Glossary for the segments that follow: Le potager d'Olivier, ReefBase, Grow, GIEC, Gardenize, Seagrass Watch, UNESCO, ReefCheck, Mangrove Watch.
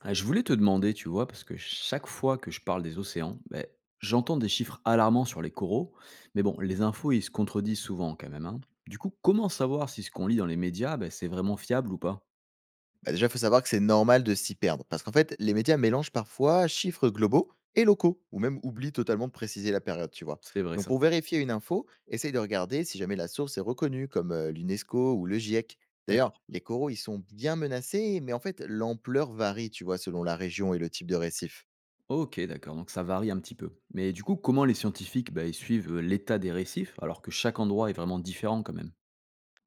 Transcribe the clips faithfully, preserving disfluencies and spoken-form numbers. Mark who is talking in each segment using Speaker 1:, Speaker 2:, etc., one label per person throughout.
Speaker 1: Ah, je voulais te demander, tu vois, parce que chaque fois que je parle des océans, ben, j'entends des chiffres alarmants sur les coraux, mais bon, les infos, ils se contredisent souvent quand même, hein. Du coup, comment savoir si ce qu'on lit dans les médias, ben, c'est vraiment fiable ou pas?
Speaker 2: Bah, déjà, il faut savoir que c'est normal de s'y perdre, parce qu'en fait, les médias mélangent parfois chiffres globaux et locaux, ou même oublient totalement de préciser la période, tu vois.
Speaker 1: C'est vrai
Speaker 2: Donc,
Speaker 1: ça.
Speaker 2: pour vérifier une info, essaye de regarder si jamais la source est reconnue, comme euh, l'UNESCO ou le G I E C.
Speaker 1: D'accord.
Speaker 2: D'ailleurs, les coraux, ils sont bien menacés, mais en fait, l'ampleur varie, tu vois, selon la région et le type de récif.
Speaker 1: Ok, d'accord, donc ça varie un petit peu. Mais du coup, comment les scientifiques, ben, ils suivent euh, l'état des récifs, alors que chaque endroit est vraiment différent quand même?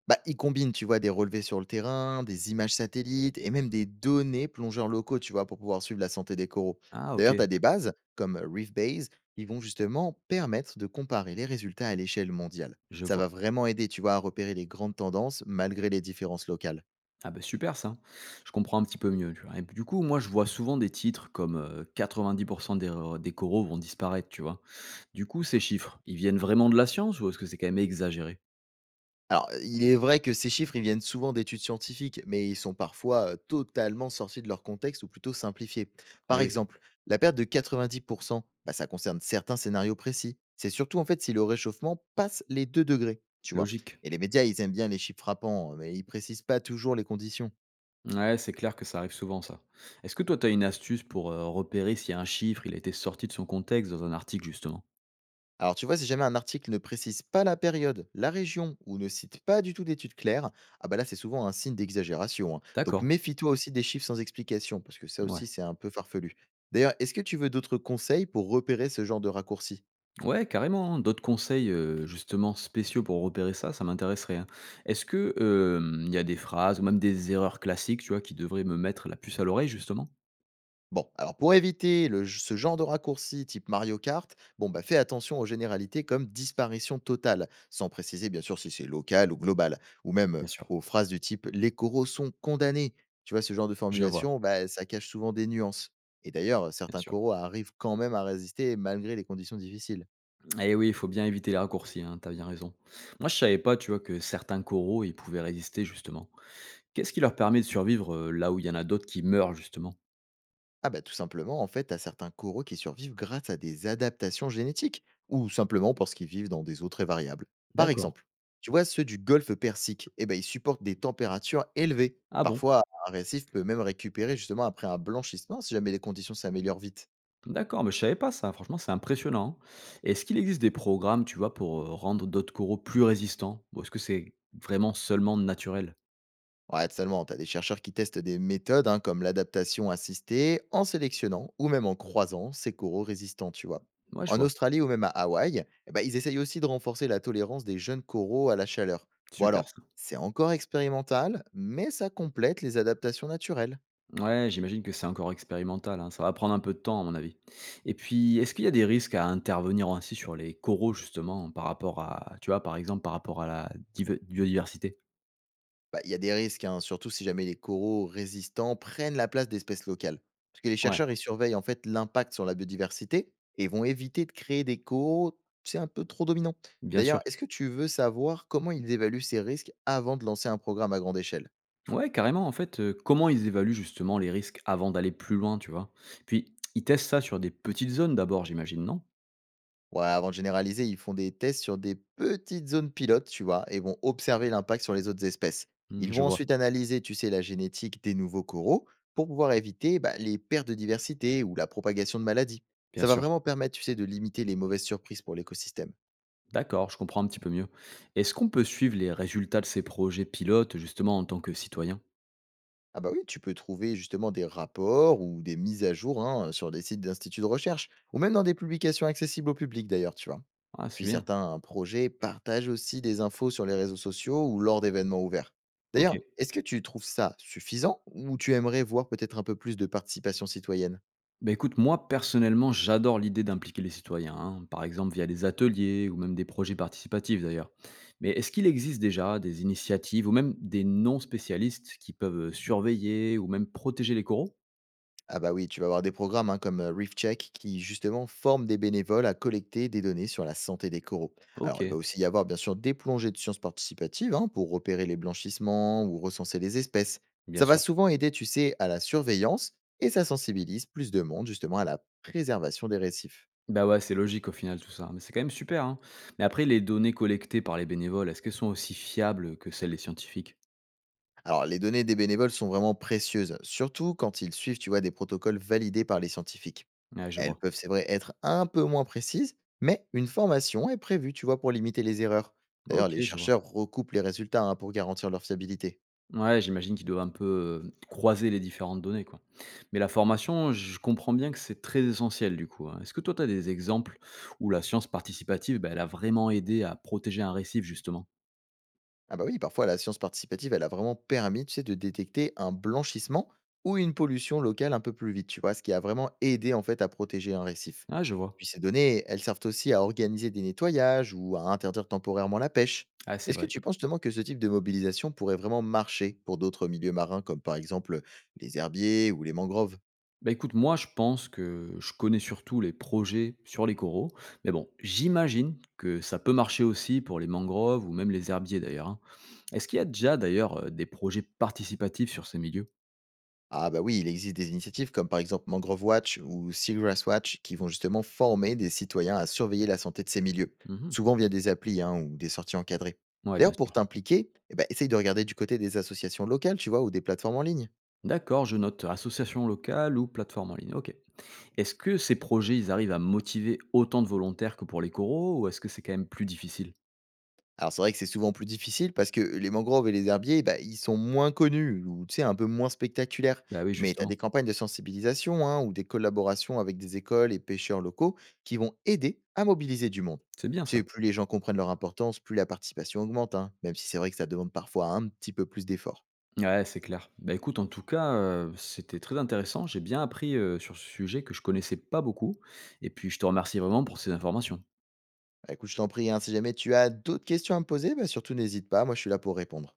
Speaker 2: Bah, ils combinent, tu vois, des relevés sur le terrain, des images satellites et même des données plongeurs locaux, tu vois, pour pouvoir suivre la santé des coraux.
Speaker 1: Ah ok,
Speaker 2: D'ailleurs, tu as des bases comme ReefBase qui vont justement permettre de comparer les résultats à l'échelle mondiale.
Speaker 1: je
Speaker 2: Ça
Speaker 1: vois.
Speaker 2: va vraiment aider, tu vois, à repérer les grandes tendances malgré les différences locales.
Speaker 1: Ah bah super ça, hein. Je comprends un petit peu mieux, tu vois. Et du coup, moi, je vois souvent des titres comme euh, quatre-vingt-dix pour cent des, re- des coraux vont disparaître, tu vois. Du coup, ces chiffres, ils viennent vraiment de la science ou est-ce que c'est quand même exagéré?
Speaker 2: Alors, il est vrai que ces chiffres, ils viennent souvent d'études scientifiques, mais ils sont parfois euh, totalement sortis de leur contexte ou plutôt simplifiés. Par
Speaker 1: Eh oui,
Speaker 2: exemple, la perte de quatre-vingt-dix pour cent, bah, ça concerne certains scénarios précis. C'est surtout en fait si le réchauffement passe les deux degrés, tu vois.
Speaker 1: logique.
Speaker 2: Et les médias, ils aiment bien les chiffres frappants, mais ils précisent pas toujours les conditions.
Speaker 1: Ouais, c'est clair que ça arrive souvent, ça. Est-ce que toi, tu as une astuce pour euh, repérer si un chiffre, il a été sorti de son contexte dans un article, justement?
Speaker 2: Alors tu vois, si jamais un article ne précise pas la période, la région ou ne cite pas du tout d'études claires, ah bah là c'est souvent un signe d'exagération, hein. Donc
Speaker 1: D'accord.
Speaker 2: méfie-toi aussi des chiffres sans explication, parce que ça
Speaker 1: Ouais.
Speaker 2: aussi c'est un peu farfelu. D'ailleurs, est-ce que tu veux d'autres conseils pour repérer ce genre de raccourci?
Speaker 1: Ouais, carrément, hein. D'autres conseils, euh, justement, spéciaux pour repérer ça, ça m'intéresserait, hein. Est-ce que euh, il y a des phrases ou même des erreurs classiques, tu vois, qui devraient me mettre la puce à l'oreille, justement?
Speaker 2: Bon, alors pour éviter le ce genre de raccourci type Mario Kart, bon bah fais attention aux généralités comme disparition totale, sans préciser bien sûr si c'est local ou global, ou même
Speaker 1: Bien sûr.
Speaker 2: aux phrases du type les coraux sont condamnés. Tu vois, ce genre de
Speaker 1: Je vois.
Speaker 2: formulation, bah, ça cache souvent des nuances. Et d'ailleurs,
Speaker 1: Bien
Speaker 2: certains
Speaker 1: sûr.
Speaker 2: coraux arrivent quand même à résister malgré les conditions difficiles.
Speaker 1: Eh oui, il faut bien éviter les raccourcis, hein, tu bien raison. Moi, je savais pas, tu vois, que certains coraux, ils pouvaient résister, justement. Qu'est-ce qui leur permet de survivre euh, là où il y en a d'autres qui meurent, justement?
Speaker 2: Ah bah tout simplement, en fait, à certains coraux qui survivent grâce à des adaptations génétiques, ou simplement parce qu'ils vivent dans des eaux très variables. Par
Speaker 1: D'accord.
Speaker 2: exemple, tu vois, ceux du golfe Persique, eh ben, ils supportent des températures élevées.
Speaker 1: Ah bon?
Speaker 2: Parfois, un récif peut même récupérer justement après un blanchissement si jamais les conditions s'améliorent vite.
Speaker 1: D'accord, mais je savais pas ça. Franchement, c'est impressionnant, hein. Est-ce qu'il existe des programmes, tu vois, pour euh, rendre d'autres coraux plus résistants? Ou est-ce que c'est vraiment seulement naturel?
Speaker 2: Ouais, seulement, tu as des chercheurs qui testent des méthodes hein, comme l'adaptation assistée en sélectionnant ou même en croisant ces coraux résistants, tu vois.
Speaker 1: Moi, je
Speaker 2: En
Speaker 1: vois.
Speaker 2: Australie ou même à Hawaï, eh ben, ils essayent aussi de renforcer la tolérance des jeunes coraux à la chaleur. Bon
Speaker 1: Super
Speaker 2: alors,
Speaker 1: ça.
Speaker 2: c'est encore expérimental, mais ça complète les adaptations naturelles.
Speaker 1: Ouais, j'imagine que c'est encore expérimental, hein, ça va prendre un peu de temps à mon avis. Et puis, est-ce qu'il y a des risques à intervenir ainsi sur les coraux justement par rapport à, tu vois, par exemple par rapport à la div- biodiversité?
Speaker 2: Bah, il y a des risques, hein, surtout si jamais les coraux résistants prennent la place d'espèces locales. Parce que les
Speaker 1: Ouais,
Speaker 2: chercheurs, ils surveillent en fait l'impact sur la biodiversité et vont éviter de créer des coraux, c'est un peu trop dominant.
Speaker 1: bien sûr.
Speaker 2: D'ailleurs, est-ce que tu veux savoir comment ils évaluent ces risques avant de lancer un programme à grande échelle?
Speaker 1: Ouais, carrément, en fait, euh, comment ils évaluent justement les risques avant d'aller plus loin, tu vois? Puis, ils testent ça sur des petites zones d'abord, j'imagine, non?
Speaker 2: Ouais, avant de généraliser, ils font des tests sur des petites zones pilotes, tu vois, et vont observer l'impact sur les autres espèces.
Speaker 1: Hmm,
Speaker 2: Ils
Speaker 1: je
Speaker 2: vont
Speaker 1: vois,
Speaker 2: ensuite analyser, tu sais, la génétique des nouveaux coraux pour pouvoir éviter bah, les pertes de diversité ou la propagation de maladies.
Speaker 1: bien
Speaker 2: Ça va
Speaker 1: sûr.
Speaker 2: vraiment permettre, tu sais, de limiter les mauvaises surprises pour l'écosystème.
Speaker 1: D'accord, je comprends un petit peu mieux. Est-ce qu'on peut suivre les résultats de ces projets pilotes justement en tant que citoyen?
Speaker 2: Ah bah oui, tu peux trouver justement des rapports ou des mises à jour hein, sur des sites d'instituts de recherche, ou même dans des publications accessibles au public d'ailleurs, tu vois.
Speaker 1: Ah,
Speaker 2: Puis
Speaker 1: c'est bien.
Speaker 2: certains projets partagent aussi des infos sur les réseaux sociaux ou lors d'événements ouverts.
Speaker 1: Ok.
Speaker 2: D'ailleurs, est-ce que tu trouves ça suffisant ou tu aimerais voir peut-être un peu plus de participation citoyenne?
Speaker 1: Bah, écoute, moi personnellement, j'adore l'idée d'impliquer les citoyens, hein, par exemple via des ateliers ou même des projets participatifs d'ailleurs. Mais est-ce qu'il existe déjà des initiatives ou même des non-spécialistes qui peuvent euh, surveiller ou même protéger les coraux?
Speaker 2: Ah bah oui, tu vas avoir des programmes hein, comme euh, ReefCheck qui justement forment des bénévoles à collecter des données sur la santé des coraux.
Speaker 1: Ok,
Speaker 2: Alors il va aussi y avoir bien sûr des plongées de sciences participatives hein, pour repérer les blanchissements ou recenser les espèces.
Speaker 1: bien
Speaker 2: Ça va
Speaker 1: sûr.
Speaker 2: souvent aider, tu sais, à la surveillance et ça sensibilise plus de monde justement à la préservation des récifs.
Speaker 1: Bah ouais, c'est logique au final tout ça, mais c'est quand même super, hein. Mais après, les données collectées par les bénévoles, est-ce qu'elles sont aussi fiables que celles des scientifiques?
Speaker 2: Alors, les données des bénévoles sont vraiment précieuses, surtout quand ils suivent, tu vois, des protocoles validés par les scientifiques.
Speaker 1: Ouais, je
Speaker 2: Elles
Speaker 1: vois.
Speaker 2: peuvent, c'est vrai, être un peu moins précises, mais une formation est prévue, tu vois, pour limiter les erreurs. D'ailleurs,
Speaker 1: Ok,
Speaker 2: les
Speaker 1: je vois.
Speaker 2: chercheurs recoupent les résultats hein, pour garantir leur fiabilité.
Speaker 1: Ouais, j'imagine qu'ils doivent un peu, heu, croiser les différentes données, quoi. Mais la formation, je comprends bien que c'est très essentiel, du coup, hein. Est-ce que toi, tu as des exemples où la science participative, bah, elle a vraiment aidé à protéger un récif, justement?
Speaker 2: Ah bah oui, parfois la science participative, elle a vraiment permis, tu sais, de détecter un blanchissement ou une pollution locale un peu plus vite, tu vois, ce qui a vraiment aidé en fait à protéger un récif.
Speaker 1: Ah, je vois.
Speaker 2: Puis ces données, elles servent aussi à organiser des nettoyages ou à interdire temporairement la pêche.
Speaker 1: Ah, c'est
Speaker 2: Est-ce que
Speaker 1: vrai.
Speaker 2: tu penses justement que ce type de mobilisation pourrait vraiment marcher pour d'autres milieux marins comme par exemple les herbiers ou les mangroves?
Speaker 1: Bah, écoute, moi, je pense que je connais surtout les projets sur les coraux, mais bon, j'imagine que ça peut marcher aussi pour les mangroves ou même les herbiers, d'ailleurs, hein. Est-ce qu'il y a déjà, d'ailleurs, heu, des projets participatifs sur ces milieux?
Speaker 2: Ah bah oui, il existe des initiatives comme par exemple Mangrove Watch ou Seagrass Watch qui vont justement former des citoyens à surveiller la santé de ces milieux,
Speaker 1: Mmh.
Speaker 2: souvent via des applis hein, ou des sorties encadrées.
Speaker 1: Ouais, bien
Speaker 2: D'ailleurs, pour
Speaker 1: sûr.
Speaker 2: t'impliquer, eh ben, essaye de regarder du côté des associations locales, tu vois, ou des plateformes en ligne.
Speaker 1: D'accord, je note association locale ou plateforme en ligne. Ok. Est-ce que ces projets, ils arrivent à motiver autant de volontaires que pour les coraux ou est-ce que c'est quand même plus difficile?
Speaker 2: Alors c'est vrai que c'est souvent plus difficile parce que les mangroves et les herbiers, bah, ils sont moins connus ou tu sais, un peu moins spectaculaires.
Speaker 1: Bah oui,
Speaker 2: Mais tu as des
Speaker 1: justement.
Speaker 2: campagnes de sensibilisation hein, ou des collaborations avec des écoles et pêcheurs locaux qui vont aider à mobiliser du monde.
Speaker 1: C'est bien
Speaker 2: Tu sais,
Speaker 1: ça.
Speaker 2: plus les gens comprennent leur importance, plus la participation augmente, hein, même si c'est vrai que ça demande parfois un petit peu plus d'efforts.
Speaker 1: Ouais, c'est clair. Bah écoute, en tout cas, euh, c'était très intéressant. J'ai bien appris euh, sur ce sujet que je connaissais pas beaucoup. Et puis, je te remercie vraiment pour ces informations.
Speaker 2: Bah, écoute, je t'en prie, hein, si jamais tu as d'autres questions à me poser, bah, surtout n'hésite pas, moi je suis là pour répondre.